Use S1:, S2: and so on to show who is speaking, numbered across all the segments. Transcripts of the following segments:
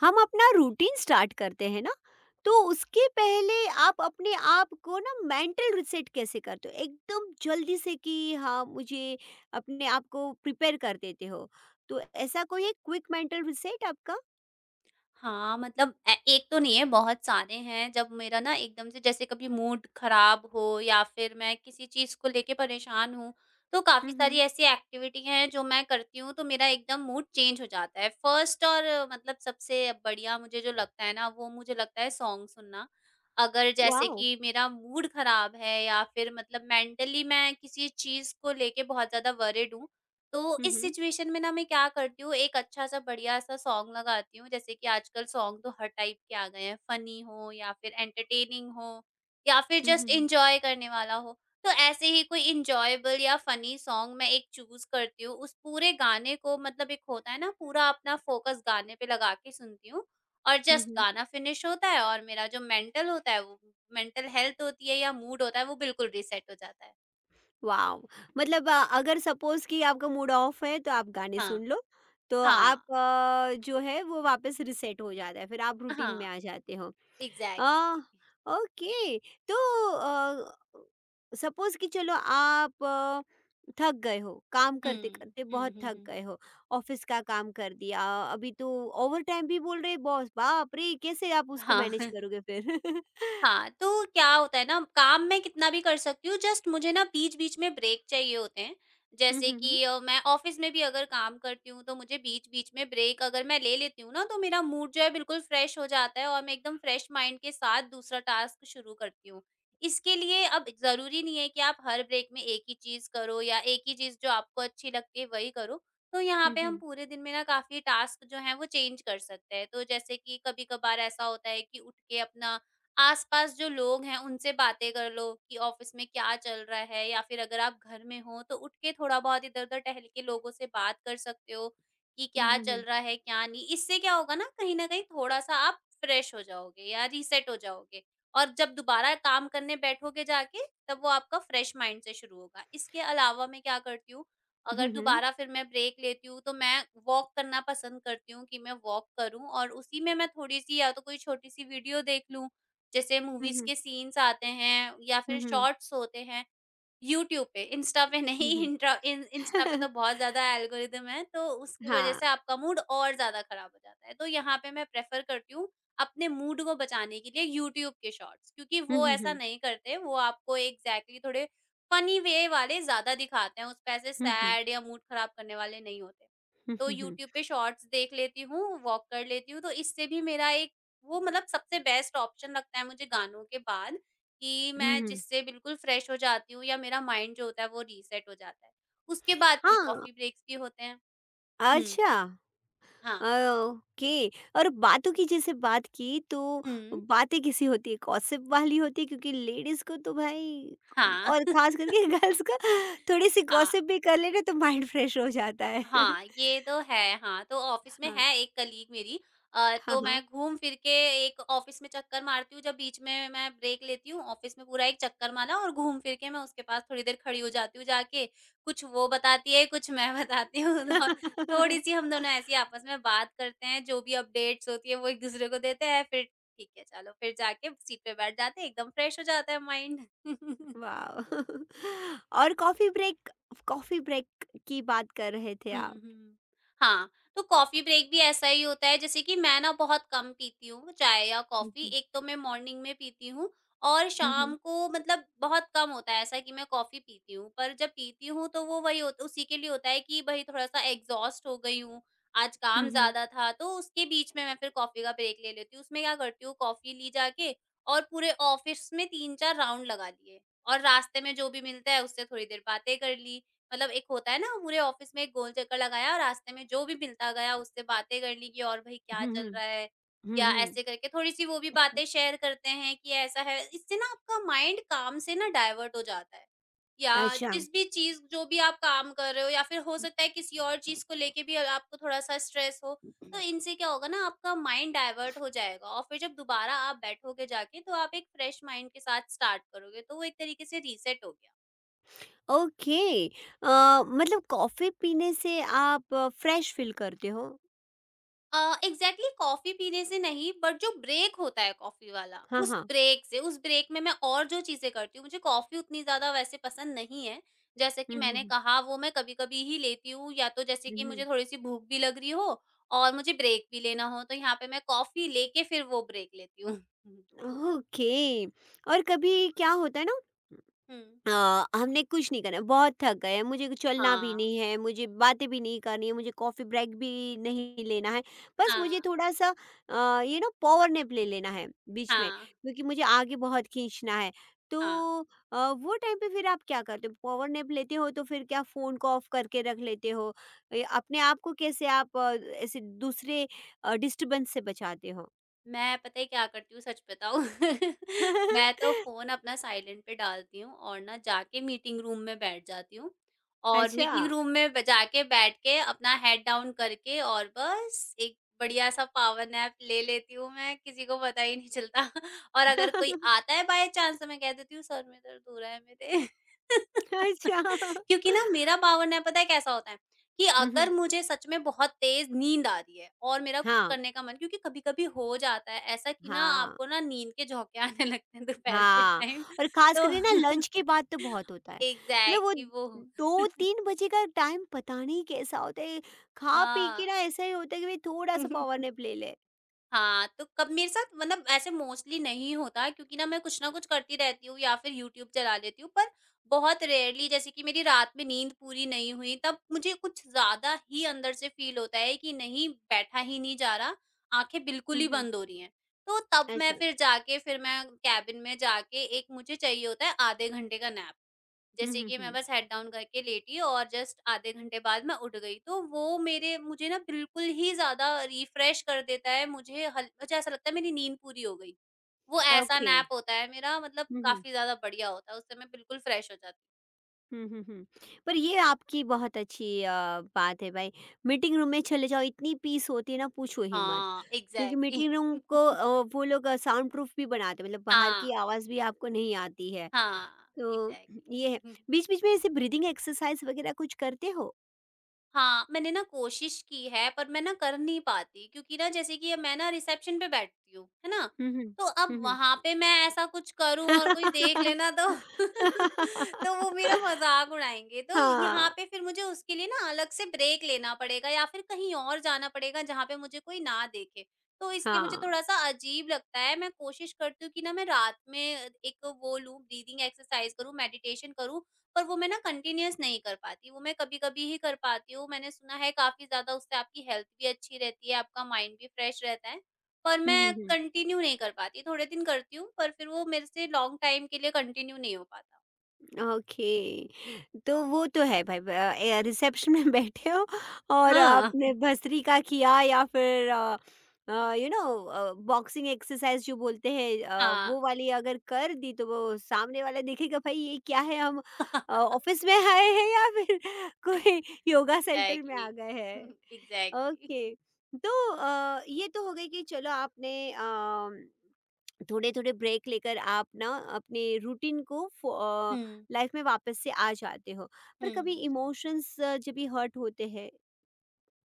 S1: हम अपना routine start करते हैं ना, तो उसके पहले आप अपने आप को ना मेंटल रिसेट कैसे करते हो एकदम जल्दी से कि हाँ, मुझे अपने आप को प्रिपेयर कर देते हो। तो ऐसा कोई है क्विक मेंटल रिसेट आपका?
S2: हाँ, मतलब ए एक तो नहीं है, बहुत सारे हैं। जब मेरा ना एकदम से जैसे कभी मूड खराब हो या फिर मैं किसी चीज़ को लेके परेशान हूँ, तो काफ़ी सारी
S1: हम्म।
S2: ऐसी एक्टिविटी हैं जो मैं करती हूँ, तो मेरा एकदम मूड चेंज हो जाता है। फर्स्ट और मतलब सबसे बढ़िया मुझे जो लगता है ना, वो मुझे लगता है सॉन्ग सुनना। अगर जैसे
S1: वाओ।
S2: कि मेरा मूड खराब है या फिर मतलब मेंटली मैं किसी चीज़ को लेके बहुत ज़्यादा वरिड हूँ, तो इस
S1: हम्म।
S2: सिचुएशन में ना मैं क्या करती हूँ एक अच्छा-सा बढ़िया-सा सॉन्ग लगाती हूँ। जैसे कि आजकल सॉन्ग तो हर टाइप के आ गए हैं, फनी हो या फिर एंटरटेनिंग हो या फिर जस्ट
S1: हम्म।
S2: एन्जॉय करने वाला हो। तो ऐसे ही कोई एन्जॉयबल या फनी सॉन्ग मैं एक चूज़ करती हूँ। उस पूरे गाने को मतलब एक होता है ना, पूरा अपना फ़ोकस गाने पे लगा के सुनती हूँ, और जस्ट
S1: हम्म।
S2: गाना फिनिश होता है और मेरा जो मेंटल होता है, वो मेंटल हेल्थ होती है या मूड होता है, वो बिल्कुल रीसेट हो जाता है।
S1: वाओ। मतलब अगर सपोज कि आपका मूड ऑफ है तो आप गाने
S2: हाँ।
S1: सुन लो। तो
S2: हाँ।
S1: आप जो है वो वापस रिसेट हो जाता है, फिर आप रूटीन में
S2: हाँ,
S1: आ जाते हो। Uh,
S2: exactly.
S1: ओके। तो अ, सपोज़ कि चलो आप थक गए हो, काम
S2: हुँ।
S1: करते-करते बहुत
S2: हुँ, हुँ,
S1: थक
S2: हुँ।
S1: गए हो। ऑफ़िस का काम कर दिया, अभी तो ओवरटाइम भी बोल रहे हैं बॉस, बाप रे! कैसे आप उसको
S2: हाँ।
S1: मैनेज करोगे फिर?
S2: हाँ, तो क्या होता है ना, काम मैं कितना भी कर सकती हूँ, जस्ट मुझे ना बीच-बीच में ब्रेक चाहिए होते हैं।
S1: हुँ,
S2: जैसे
S1: हुँ, हुँ।
S2: कि मैं ऑफ़िस में भी अगर काम करती हूँ, तो मुझे बीच-बीच में ब्रेक अगर मैं ले लेती हूँ ना, तो मेरा मूड जो है बिल्कुल फ्रेश हो जाता है और मैं एकदम फ्रेश माइंड के साथ दूसरा टास्क शुरू करती हूँ। इसके लिए अब ज़रूरी नहीं है कि आप हर ब्रेक में एक ही चीज़ करो, या एक ही चीज़ जो आपको अच्छी लगती है वही करो। तो यहाँ
S1: हुँ,
S2: पे हम
S1: हुँ।
S2: पूरे दिन में ना काफ़ी टास्क जो हैं वो चेंज कर सकते हैं। तो जैसे कि कभी-कभार ऐसा होता है कि उठ के अपना आस-पास जो लोग हैं उनसे बातें कर लो कि ऑफिस में क्या चल रहा है, या फिर अगर आप घर में हो तो उठ के थोड़ा-बहुत इधर-उधर टहल के लोगों से बात कर सकते हो कि
S1: हुँ,
S2: क्या
S1: हुँ,
S2: चल
S1: हुँ।
S2: रहा है, क्या नहीं। इससे क्या होगा ना, कहीं न कहीं थोड़ा-सा आप फ्रेश हो जाओगे या रीसेट हो जाओगे, और जब दोबारा काम करने बैठोगे जाके, तब वो आपका फ्रेश माइंड से शुरू होगा। इसके अलावा मैं क्या करती हूँ, अगर
S1: हुँ, हुँ।
S2: दोबारा फिर मैं ब्रेक लेती हूँ, तो मैं वॉक करना पसंद करती हूँ कि मैं वॉक करूँ, और उसी में मैं थोड़ी-सी या तो कोई छोटी-सी वीडियो देख लूँ, जैसे
S1: हुँ,
S2: मूवीज़
S1: हुँ।
S2: के सीन्स आते हैं या
S1: हुँ,
S2: फिर
S1: हुँ।
S2: शॉर्ट्स होते हैं, यूट्यूब पे। इंस्टा पे नहीं,
S1: हुँ, हुँ।
S2: इंट्रा इन इंस्टा पे तो बहुत ज़्यादा एल्गोरिदम है, तो उसकी वज़ह
S1: हाँ।
S2: से आपका मूड और ज़्यादा खराब हो जाता है। तो यहाँ पे मैं प्रेफ़र करती हूँ, अपने मूड को बचाने के लिए, यूट्यूब के शॉर्ट्स, क्योंकि
S1: हुँ,
S2: वो
S1: हुँ,
S2: ऐसा
S1: हुँ।
S2: नहीं करते। वो आपको एग्ज़ैक्टली थोड़े फ़नी वे वाले ज़्यादा दिखाते हैं, उसपे ऐसे
S1: हुँ, हुँ।
S2: सैड या मूड खराब करने वाले नहीं होते।
S1: हुँ,
S2: तो
S1: हुँ, हुँ।
S2: यूट्यूब पे शॉर्ट्स देख लेती हूँ, वॉक कर लेती हूँ, तो इससे भी मेरा एक वो मतलब सबसे बेस्ट ऑप्शन लगता है मुझे, गानों के बाद। कि
S1: हुँ,
S2: मैं
S1: हुँ।
S2: जिससे बिल्कुल फ्रेश हो जाती हूँ या मेरा माइंड जो होता है वो रीसेट हो जाता है। उसके बाद फिर
S1: हाँ,
S2: कॉफ़ी ब्रेक्स भी होते हैं। हुँ।
S1: अच्छा।
S2: हाँ।
S1: ओके। और बातों की जैसे बात की तो
S2: हुँ।
S1: बातें किसी होती है गॉसिप वाली होती है, क्योंकि लेडीज को तो भाई,
S2: हाँ,
S1: और खास करके गर्ल्स का थोड़ी सी
S2: हाँ।
S1: गॉसिप भी कर लेना तो माइंड फ्रेश हो जाता है।
S2: हाँ, ये तो है, हाँ। तो ऑफ़िस में
S1: हाँ।
S2: है एक कलीग मेरी,
S1: हाँ।
S2: तो
S1: हाँ।
S2: मैं घूम फिर के एक ऑफ़िस में चक्कर मारती हूँ, जब बीच में मैं ब्रेक लेती हूँ। ऑफ़िस में पूरा एक चक्कर मारा और घूम फिर के मैं उसके पास थोड़ी देर खड़ी हो जाती हूँ जाके। कुछ वो बताती है, कुछ मैं बताती हूँ और थोड़ी-सी हम दोनों ऐसी आपस में बात करते हैं, जो भी अपडेट्स होती है वो एक-दूसरे को देते हैं। फिर ठीक है, चलो, फिर जाके सीट पे बैठ जाते हैं, एकदम फ्रेश हो जाता है माइंड।
S1: वाह। और कॉफी ब्रेक, कॉफी ब्रेक की बात कर रहे थे
S2: हुँ,
S1: आप।
S2: हुँ। हाँ, तो कॉफ़ी ब्रेक भी ऐसा ही होता है। जैसे कि मैं ना बहुत कम पीती हूँ चाय या कॉफ़ी।
S1: हम्म।
S2: एक तो मैं मॉर्निंग में पीती हूँ, और
S1: हम्म।
S2: शाम को मतलब बहुत कम होता है ऐसा कि मैं कॉफ़ी पीती हूँ। पर जब पीती हूँ, तो वो वही होता, उसी के लिए होता है कि भई थोड़ा-सा एग्ज़ॉस्ट हो गई हूँ, आज काम
S1: हम्म। हम्म।
S2: ज़्यादा था, तो उसके बीच में मैं फिर कॉफ़ी का ब्रेक ले लेती हूँ। उसमें क्या करती हूँ, कॉफ़ी ली जाके और पूरे ऑफ़िस में 3-4 राउंड लगा लिए, और रास्ते में जो भी मिलता है उससे थोड़ी देर बातें कर ली। मतलब एक होता है ना, पूरे ऑफिस में एक गोल चक्कर लगाया और रास्ते में जो भी मिलता गया उससे बातें कर ली कि और भाई क्या
S1: हम्म। हम्म।
S2: चल रहा है,
S1: हम्म,
S2: या
S1: हम्म,
S2: ऐसे करके थोड़ी सी वो भी बातें शेयर करते हैं कि ऐसा है। इससे ना आपका माइंड काम से ना डाइवर्ट हो जाता है, या
S1: अच्छा।
S2: जिस भी चीज, जो भी आप काम कर रहे हो, या फिर हो सकता है किसी और चीज को लेके भी अगर आपको थोड़ा सा स्ट्रेस हो, तो इनसे क्या होगा ना, आपका माइंड डाइवर्ट हो जाएगा, और फिर जब दोबारा आप बैठोगे जाके, तो आप एक फ्रेश माइंड के साथ स्टार्ट करोगे, तो वो एक तरीके से रीसेट हो गया।
S1: ओके। अ, मतलब कॉफ़ी पीने से आप फ्रेश फ़ील करते हो?
S2: अ, एग्ज़ैक्टली कॉफ़ी पीने से नहीं, बट जो ब्रेक होता है कॉफ़ी वाला,
S1: हाँ,
S2: उस
S1: हाँ।
S2: ब्रेक से, उस ब्रेक में मैं और जो चीज़ें करती हूँ। मुझे कॉफ़ी उतनी ज़्यादा वैसे पसंद नहीं है। जैसे कि
S1: हुँ, हुँ,
S2: मैंने
S1: हुँ।
S2: कहा, वो मैं कभी-कभी ही लेती हूँ, या तो जैसे
S1: हुँ,
S2: कि
S1: हुँ।
S2: मुझे थोड़ी-सी भूख भी लग रही हो और मुझे ब्रेक भी लेना हो, तो यहाँ पे मैं कॉफ़ी लेके फिर वो ब्रेक लेती हूँ।
S1: ओके। और कभी क्या होता है ना,
S2: हुँ,
S1: अ, हमने कुछ नहीं करना है, बहुत थक गए हैं, मुझे चलना भी
S2: हाँ,
S1: नहीं है, मुझे बातें भी नहीं करनी है, मुझे कॉफ़ी ब्रेक भी नहीं लेना है। बस
S2: हाँ,
S1: मुझे थोड़ा-सा यू नो पावर नैप ले लेना है बीच में,
S2: हाँ,
S1: क्योंकि मुझे आगे बहुत खींचना है। तो
S2: हाँ।
S1: वो टाइम पे फिर आप क्या करते हो? पावर नैप लेते हो तो फिर क्या फ़ोन को ऑफ करके रख लेते हो? अपने आप को कैसे आप ऐसे दूसरे डिस्टर्बेंस से बचाते हो?
S2: मैं पता है क्या करती हूँ, सच बताऊँ? मैं तो फ़ोन अपना साइलेंट पे डालती हूँ और ना जाके मीटिंग रूम में बैठ जाती हूँ, और
S1: अच्छा।
S2: मीटिंग रूम में ब जाके बैठ के अपना हेड डाउन करके और बस एक बढ़िया-सा पावर नैप ले लेती हूँ मैं, किसी को पता ही नहीं चलता। और अगर कोई आता है बाय चाँस, तो मैं कह देती हूँ सर में दर्द हो रहा है मेरे।
S1: अच्छा।
S2: क्योंकि ना मेरा पावर नैप पता है कैसा होता है? कि
S1: हुँ, हुँ।
S2: अगर मुझे सच में बहुत तेज़ नींद आ रही है और मेरा कुछ
S1: हाँ,
S2: करने का मन, क्योंकि कभी-कभी हो जाता है ऐसा कि ना,
S1: हाँ।
S2: आपको ना नींद के झोंके आने लगते हैं दोपहर के
S1: हाँ,
S2: टाइम,
S1: और ख़ास
S2: तो
S1: करके ना लंच के बाद तो बहुत होता है। मतलब वो
S2: एग्ज़ैक्टली वो।
S1: 2-3 बजे का टाइम पता नहीं कैसा होता है, खा-पी के
S2: हाँ।
S1: ना ऐसा ही होता है कि भई थोड़ा-सा पावर नैप ले लें।
S2: हाँ, तो कब मेरे साथ मतलब ऐसे मोस्टली नहीं होता, क्योंकि ना मैं कुछ ना कुछ करती रहती हूँ या फिर यूट्यूब चला लेती हूँ, पर बहुत रेयरली जैसे कि मेरी रात में नींद पूरी नहीं हुई, तब मुझे कुछ ज़्यादा ही अंदर से फ़ील होता है कि नहीं, बैठा ही नहीं जा रहा, आँखें बिल्कुल
S1: हुँ,
S2: ही
S1: हुँ,
S2: बंद हो रही हैं। तो तब
S1: अच्छा।
S2: मैं केबिन में जाके, एक मुझे चाहिए होता है आधे घंटे का नैप।
S1: हुँ,
S2: जैसे
S1: हुँ,
S2: कि मैं
S1: हुँ,
S2: बस हेड डाउन करके लेटी और जस्ट आधे घंटे बाद मैं उठ गई। तो वो मेरे मुझे ना बिल्कुल ही ज़्यादा रिफ्रेश कर देता है, मुझे हल मुझे ऐसा लगता है मेरी नींद पूरी हो गई। वो ऐसा
S1: ओके।
S2: नैप होता है मेरा, मतलब
S1: हुँ, हुँ।
S2: काफ़ी ज़्यादा बढ़िया होता है, उससे मैं बिल्कुल फ्रेश हो जाती हूँ।
S1: हुँ, हुँ, हुँ। पर ये आपकी बहुत अच्छी बात है भाई। मीटिंग रूम में चले जाओ, इतनी पीस होती है ना पूछो ही मत।
S2: हाँ,
S1: क्योंकि
S2: एग्ज़ैक्टली।
S1: मीटिंग रूम को वो लोग साउंड प्रूफ भी बनाते हैं, मतलब बाहर
S2: हाँ,
S1: की आवाज़ भी आपको नहीं आती है।
S2: हाँ,
S1: तो ये है।
S2: एग्ज़ैक्टली।
S1: बीच-बीच में ऐसे ब्रीथिंग एक्सरसाइज़ वगैरह कुछ करते हो?
S2: हाँ, मैंने ना कोशिश की है, पर मैं ना कर नहीं पाती, क्योंकि ना जैसे कि मैं ना रिसेप्शन पे बैठती हूँ, है ना?
S1: हुँ, हुँ।
S2: तो अब
S1: हुँ, हुँ।
S2: वहाँ पे मैं ऐसा कुछ करूँ और कोई देख ले ना तो तो वो मेरा मज़ाक उड़ाएँगे। तो यहाँ
S1: हाँ।
S2: पे फिर मुझे उसके लिए ना अलग से ब्रेक लेना पड़ेगा या फिर कहीं और जाना पड़ेगा जहाँ पे मुझे कोई ना देखे। तो इसलिए मुझे
S1: हाँ।
S2: थोड़ा-सा अजीब लगता है। मैं कोशिश करती हूँ कि ना मैं रात में एक वो लूँ, ब्रीथिंग एक्सरसाइज़ करूँ, मेडिटेशन करूँ। पर वो मैं ना कंटिन्यूअस नहीं कर पाती, वो मैं कभी-कभी ही कर पाती हूँ। मैंने सुना है काफ़ी ज़्यादा उससे आपकी हेल्थ भी अच्छी रहती है, आपका माइंड भी फ्रेश रहता है, पर
S1: हुँ, हुँ,
S2: मैं
S1: हुँ।
S2: कंटिन्यू नहीं कर पाती। थोड़े दिन करती हूँ, पर फिर वो मेरे से लॉन्ग टाइम के लिए कंटिन्यू नहीं हो पाता।
S1: ओके, तो वो तो है भाई। ए रिसेप्शन में बैठे हो, और
S2: हाँ।
S1: आपने भस्त्रिका का किया या फिर यू नो बॉक्सिंग एक्सरसाइज जो बोलते हैं,
S2: हाँ।
S1: वो वाली अगर कर दी तो वो सामने वाला देखेगा, भाई ये क्या है, हम ऑफिस में आए हैं या फिर कोई योगा सेंटर में आ
S2: एग्ज़ैक्टली,
S1: गए हैं?
S2: एग्ज़ैक्टली।
S1: ओके। तो ये तो हो गई कि चलो आपने थोड़े थोड़े ब्रेक लेकर आप ना अपने रूटीन को
S2: हुँ,
S1: लाइफ में वापस से आ जाते हो।
S2: हुँ,
S1: पर कभी
S2: हुँ।
S1: इमोशंस जब भी हर्ट होते हैं,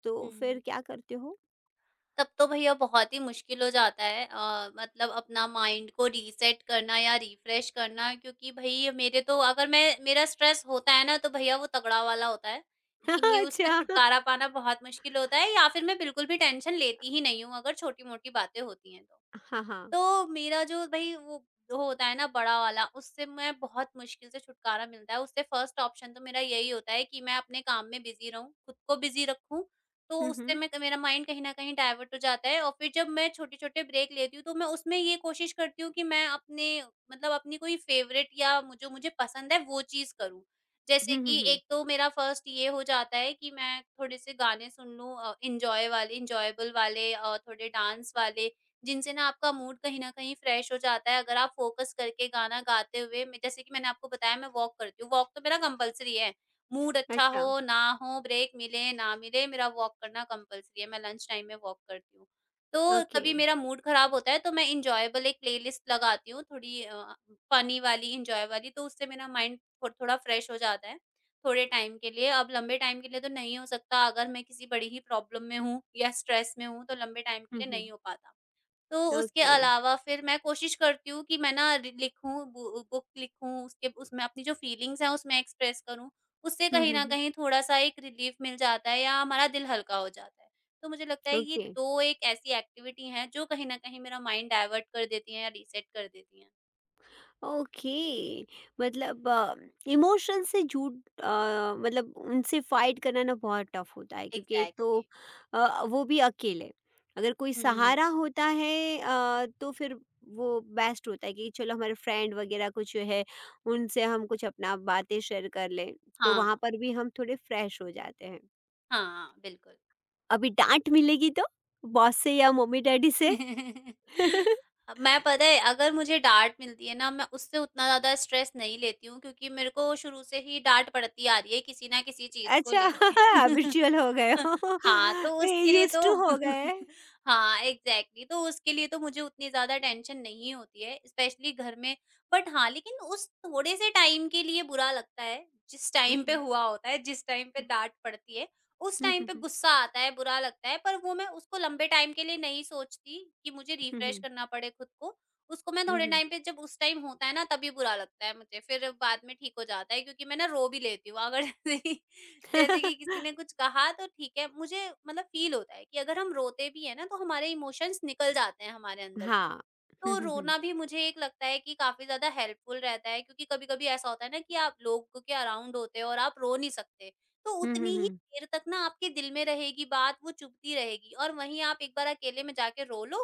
S1: तो फिर क्या करते हो?
S2: तब तो भैया बहुत ही मुश्किल हो जाता है, मतलब अपना माइंड को रीसेट करना या रिफ्रेश करना, क्योंकि भई मेरे तो अगर मैं मेरा स्ट्रेस होता है ना, तो भैया वो तगड़ा वाला होता है कि उससे
S1: अच्छा।
S2: छुटकारा पाना बहुत मुश्किल होता है। या फिर मैं बिल्कुल भी टेंशन लेती ही नहीं हूँ, अगर छोटी-मोटी बातें होती हैं तो।
S1: हाँ। हाँ।
S2: तो मेरा जो भई वो होता है ना बड़ा वाला, उससे मैं बहुत मुश्किल से छुटकारा मिलता है। उससे फर्स्ट ऑप्शन तो मेरा यही होता है कि मैं अपने काम में बिज़ी रहूँ, खुद को बिज़ी रखूँ, तो
S1: हम्म।
S2: उससे
S1: हम्म।
S2: मैं मेरा माइंड कहीं न कहीं डाइवर्ट हो जाता है। और फिर जब मैं छोटे-छोटे ब्रेक लेती हूँ, तो मैं उसमें ये कोशिश करती हूँ कि मैं अपने, मतलब अपनी कोई फ़ेवरेट, या मु जो मुझे पसंद है, वो चीज़ करूँ।
S1: हम्म।
S2: जैसे
S1: हम्म।
S2: कि एक तो मेरा फर्स्ट ये हो जाता है कि मैं थोड़े-से गाने सुन लूँ, एन्जॉय वाले, एन्जॉयबल वाले, थोड़े डांस वाले, जिनसे ना आपका मूड कहीं न कहीं फ्रेश हो जाता है, अगर आप फ़ोकस करके गाना गाते हुए, मैं जैसे कि मैंने आपको बताया, मैं वॉक करती हूँ, वॉक तो मेरा कंपल्सरी है। मूड अच्छा
S1: अच्छा।
S2: हो, ना हो, ब्रेक मिले, ना मिले, मेरा वॉक करना कंपल्सरी है, मैं लंच टाइम में वॉक करती हूँ। तो
S1: ओके।
S2: कभी मेरा मूड खराब होता है, तो मैं एन्जॉयबल एक प्लेलिस्ट लगाती हूँ थोड़ी, फ़नी वाली, एन्जॉय वाली। तो उससे मेरा माइंड थो थोड़ा फ्रेश हो जाता है, थोड़े टाइम के लिए। अब लंबे टाइम के लिए तो नहीं हो सकता, अगर मैं किसी बड़ी ही प्रॉब्लम में हूँ या स्ट्रेस में हूँ, तो लंबे टाइम के
S1: हम्म।
S2: लिए
S1: हम्म।
S2: नहीं हो पाता। तो उसके
S1: ओके।
S2: अलावा फिर मैं कोशिश करती हूँ कि मैं ना रि लिखूँ, बु बुक लिखूँ, उसके उसमें अपनी जो फीलिंग्स हैं उसमें एक्सप्रेस करूँ। उससे
S1: हम्म।
S2: कहीं
S1: हम्म।
S2: न कहीं थोड़ा-सा एक रिलीफ़ मिल जाता है, या हमारा दिल हल्का हो जाता है। तो मुझे लगता है ये
S1: ओके।
S2: 2 एक ऐसी एक्टिविटी हैं जो कहीं न कहीं मेरा माइंड डायवर्ट कर देती हैं या रीसेट कर देती हैं।
S1: ओके। मतलब इमोशन से मतलब उनसे फाइट करना ना बहुत टफ होता है, क्योंकि एक तो
S2: एग्ज़ैक्टली।
S1: वो भी अकेले, अगर कोई सहारा
S2: हुँ।
S1: होता है तो फिर वो बेस्ट होता है कि चलो हमारे फ्रेंड वगैरह कुछ है, उनसे हम कुछ अपना बातें शेयर कर लें, तो
S2: हाँ,
S1: वहाँ पर भी हम थोड़े फ्रेश हो जाते हैं।
S2: हाँ, बिल्कुल।
S1: अभी डांट मिलेगी तो बॉस से या मम्मी डैडी से।
S2: मैं पता है, अगर मुझे डाँट मिलती है ना, मैं उससे उतना ज़्यादा स्ट्रेस नहीं लेती हूँ, क्योंकि मेरे को शुरू से ही डाँट पड़ती आ रही है किसी ना किसी चीज़ को
S1: अच्छा।
S2: लेके।
S1: हैबिचुअल हो गए हो।
S2: हाँ, तो उसके लिए
S1: यूज्ड
S2: तो।
S1: टू हो गए।
S2: हाँ, एग्ज़ैक्टली, तो उसके लिए तो मुझे उतनी ज़्यादा टेंशन नहीं होती है, स्पेशली घर में। बट हाँ, लेकिन उस थोड़े से टाइम के लिए बुरा लगता है, जिस
S1: हुँ,
S2: टाइम
S1: हुँ,
S2: पे
S1: हुँ।
S2: हुआ होता है, जिस टाइम पे डाँट पड़ती है, उस
S1: हुँ,
S2: टाइम
S1: हुँ,
S2: पे
S1: हुँ।
S2: गुस्सा आता है, बुरा लगता है, पर वो मैं उसको लंबे टाइम के लिए नहीं सोचती कि मुझे
S1: हुँ,
S2: रिफ्रेश
S1: हुँ।
S2: करना पड़े खुद को। उसको मैं
S1: हुँ,
S2: थोड़े
S1: हुँ।
S2: टाइम पे, जब उस टाइम होता है ना, तभी बुरा लगता है मुझे, फिर बाद में ठीक हो जाता है, क्योंकि मैं ना रो भी लेती हूँ अगर। जैसे कि किसी ने कुछ कहा, तो ठीक है, मुझे मतलब फ़ील होता है कि अगर हम रोते भी हैं ना, तो हमारे इमोशंस निकल जाते हैं हमारे अंदर से।
S1: हाँ। हुँ,
S2: तो
S1: हुँ, हुँ।
S2: रोना भी मुझे एक लगता है कि काफ़ी ज़्यादा हेल्पफुल रहता है, क्योंकि कभी-कभी ऐसा होता है ना कि आप लोगों के अराउंड होते हो और आप रो नहीं सकते, तो
S1: हुँ, हुँ,
S2: उतनी ही
S1: हुँ।
S2: देर तक ना आपके दिल में रहेगी बात, वो चुभती रहेगी। और वहीं आप एक बार अकेले में जाके रो लो,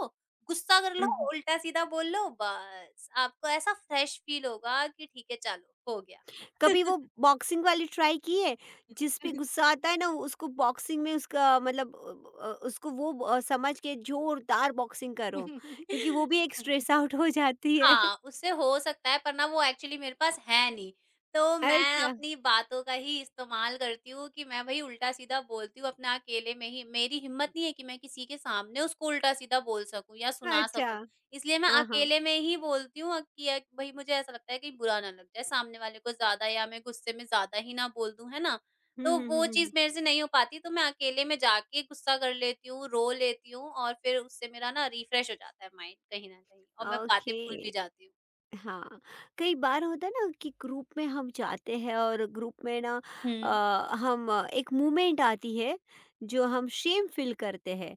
S2: गुस्सा कर
S1: हुँ,
S2: लो,
S1: हुँ।
S2: उल्टा-सीधा बोल लो, बस आपको ऐसा फ्रेश फ़ील होगा कि ठीक है, चलो, हो गया।
S1: कभी वो बॉक्सिंग वाली ट्राई की है? जिस पे गुस्सा आता है ना उसको बॉक्सिंग में उसका मतलब उसको वो समझ के जोरदार बॉक्सिंग करो, क्योंकि वो भी एक स्ट्रेस आउट हो जाती है।
S2: हाँ, उससे हो सकता है, पर ना वो एक्चुअली मेरे पास है नहीं। तो मैं
S1: अच्छा,
S2: अपनी बातों का ही इस्तेमाल करती हूँ कि मैं भई उल्टा-सीधा बोलती हूँ अपना अकेले में ही। मेरी हिम्मत नहीं है कि मैं किसी के सामने उसको उल्टा-सीधा बोल सकूँ या सुना
S1: अच्छा।
S2: सकूँ। इसलिए मैं
S1: हाँ, हाँ।
S2: अकेले में ही बोलती हूँ, कि भई मुझे ऐसा लगता है कहीं बुरा ना लग जाए सामने वाले को ज़्यादा, या मैं गुस्से में ज़्यादा ही ना बोल दूँ, है ना?
S1: हुँ,
S2: तो
S1: हुँ, हुँ,
S2: वो
S1: हुँ,
S2: चीज़
S1: हुँ।
S2: मेरे से नहीं हो पाती, तो मैं अकेले में जाके गुस्सा कर लेती हूँ, रो लेती हूँ, और फिर उससे मेरा ना रिफ्रेश हो जाता है माइंड कहीं न कहीं, और मैं बातें भूल
S1: ओके।
S2: भी जाती हूँ।
S1: हाँ, कई बार होता है ना कि ग्रुप में हम जाते हैं और ग्रुप में ना
S2: हुँ।
S1: हम एक मूमेंट आती है जो हम शेम फील करते हैं।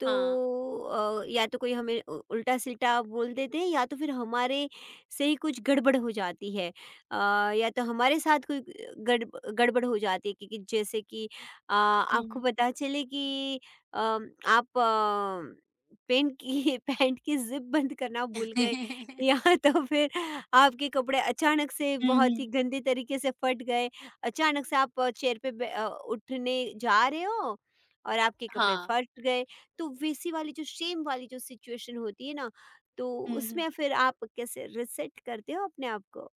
S1: तो
S2: हाँ।
S1: या तो कोई हमें उ उल्टा-सिल्टा बोल देते हैं, या तो फिर हमारे से ही कुछ गड़बड़ हो जाती है। अ, या तो हमारे साथ कोई गड़ गड़बड़ हो जाती है, क्योंकि जैसे कि आपको
S2: हुँ।
S1: पता चले कि आप पेन की पैंट की ज़िप बंद करना भूल गए। यहाँ तो फिर आपके कपड़े अचानक से
S2: हुँ,
S1: बहुत ही
S2: हुँ।
S1: गंदे तरीके से फट गए। अचानक से आप चेयर पे उठने जा रहे हो और आपके कपड़े
S2: हाँ।
S1: फट गए। तो वैसी वाली जो शेम वाली जो सिचुएशन होती है ना, तो
S2: हुँ, हुँ।
S1: उसमें फिर आप कैसे रीसेट करते हो अपने आप को?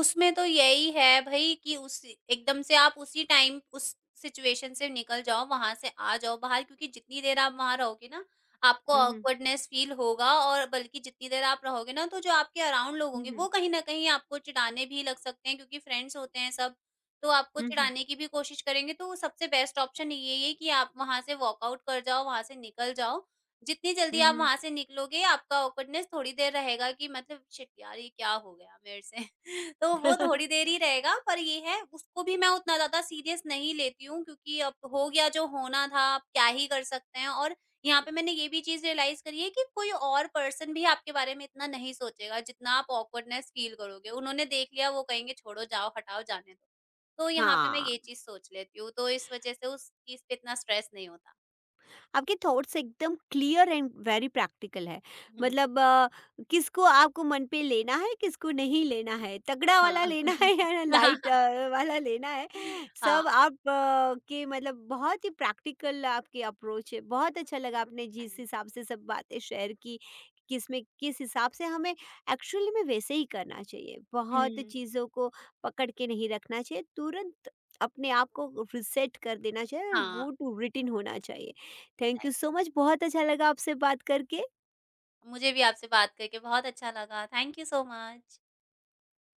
S2: उसमें तो यही है भई कि उस एकदम से आप उसी टाइम उस सिचुएशन से निकल जाओ, वहाँ से आ जाओ बाहर, क्योंकि जितनी देर आप वहाँ रहोगे ना, आपको
S1: हुँ, हुँ।
S2: ऑकवर्डनेस फ़ील होगा, और बल्कि जितनी देर आप रहोगे ना, तो जो आपके अराउंड लोग
S1: हुँ,
S2: होंगे,
S1: हुँ।
S2: वो कहीं न कहीं आपको चिढ़ाने भी लग सकते हैं, क्योंकि फ्रेंड्स होते हैं सब, तो आपको
S1: हुँ, हुँ।
S2: चिढ़ाने की भी कोशिश करेंगे। तो सबसे बेस्ट ऑप्शन यही है कि आप वहाँ से वॉकआउट कर जाओ, वहाँ से निकल जाओ। जितनी
S1: हुँ,
S2: जल्दी आप
S1: हुँ।
S2: वहाँ से निकलोगे, आपका ऑकवर्डनेस थोड़ी देर रहेगा कि मतलब शिट यार ये क्या हो गया मेरे से। तो वो थोड़ी देर ही रहेगा, पर ये है, उसको भी मैं उतना ज़्यादा सीरियस नहीं लेती हूँ, क्योंकि अब हो गया जो होना था, अब क्या ही कर सकते हैं। और यहाँ पे मैंने ये भी चीज़ रियलाइज़ करी है कि कोई और पर्सन भी आपके बारे में इतना नहीं सोचेगा, जितना आप ऑकवर्डनेस फ़ील करोगे। उन्होंने देख लिया, वो कहेंगे छोड़ो, जाओ, हटाओ, जाने दो। तो यहाँ पे मैं
S1: हाँ।
S2: ये चीज़ सोच लेती हूँ, तो इस वज़ह से उस चीज़ पे इतना स्ट्रेस नहीं होता।
S1: आपके थॉट्स एकदम क्लियर एंड वेरी प्रैक्टिकल है।
S2: हुँ,
S1: मतलब किसको आपको मन पे लेना है, किसको नहीं लेना है, तगड़ा वाला
S2: हाँ।
S1: लेना है या लाइट वाला लेना है,
S2: हाँ,
S1: सब आप के मतलब बहुत ही प्रैक्टिकल आपकी अप्रोच है। बहुत अच्छा लगा आपने जिस
S2: थैंक यू।
S1: हिसाब से सब बातें शेयर की, किस में किस हिसाब से हमें एक्चुअली में वैसे ही करना चाहिए। बहुत
S2: हुँ,
S1: चीज़ों को पकड़ के नहीं रखना चाहिए, तुरंत अपने आप को रिसेट कर देना चाहिए और
S2: हाँ,
S1: गो टू रिटिन होना चाहिए। Thank you so
S2: exactly.
S1: Much, बहुत अच्छा लगा आपसे बात करके।
S2: मुझे भी आपसे बात करके बहुत अच्छा लगा। Thank you so much.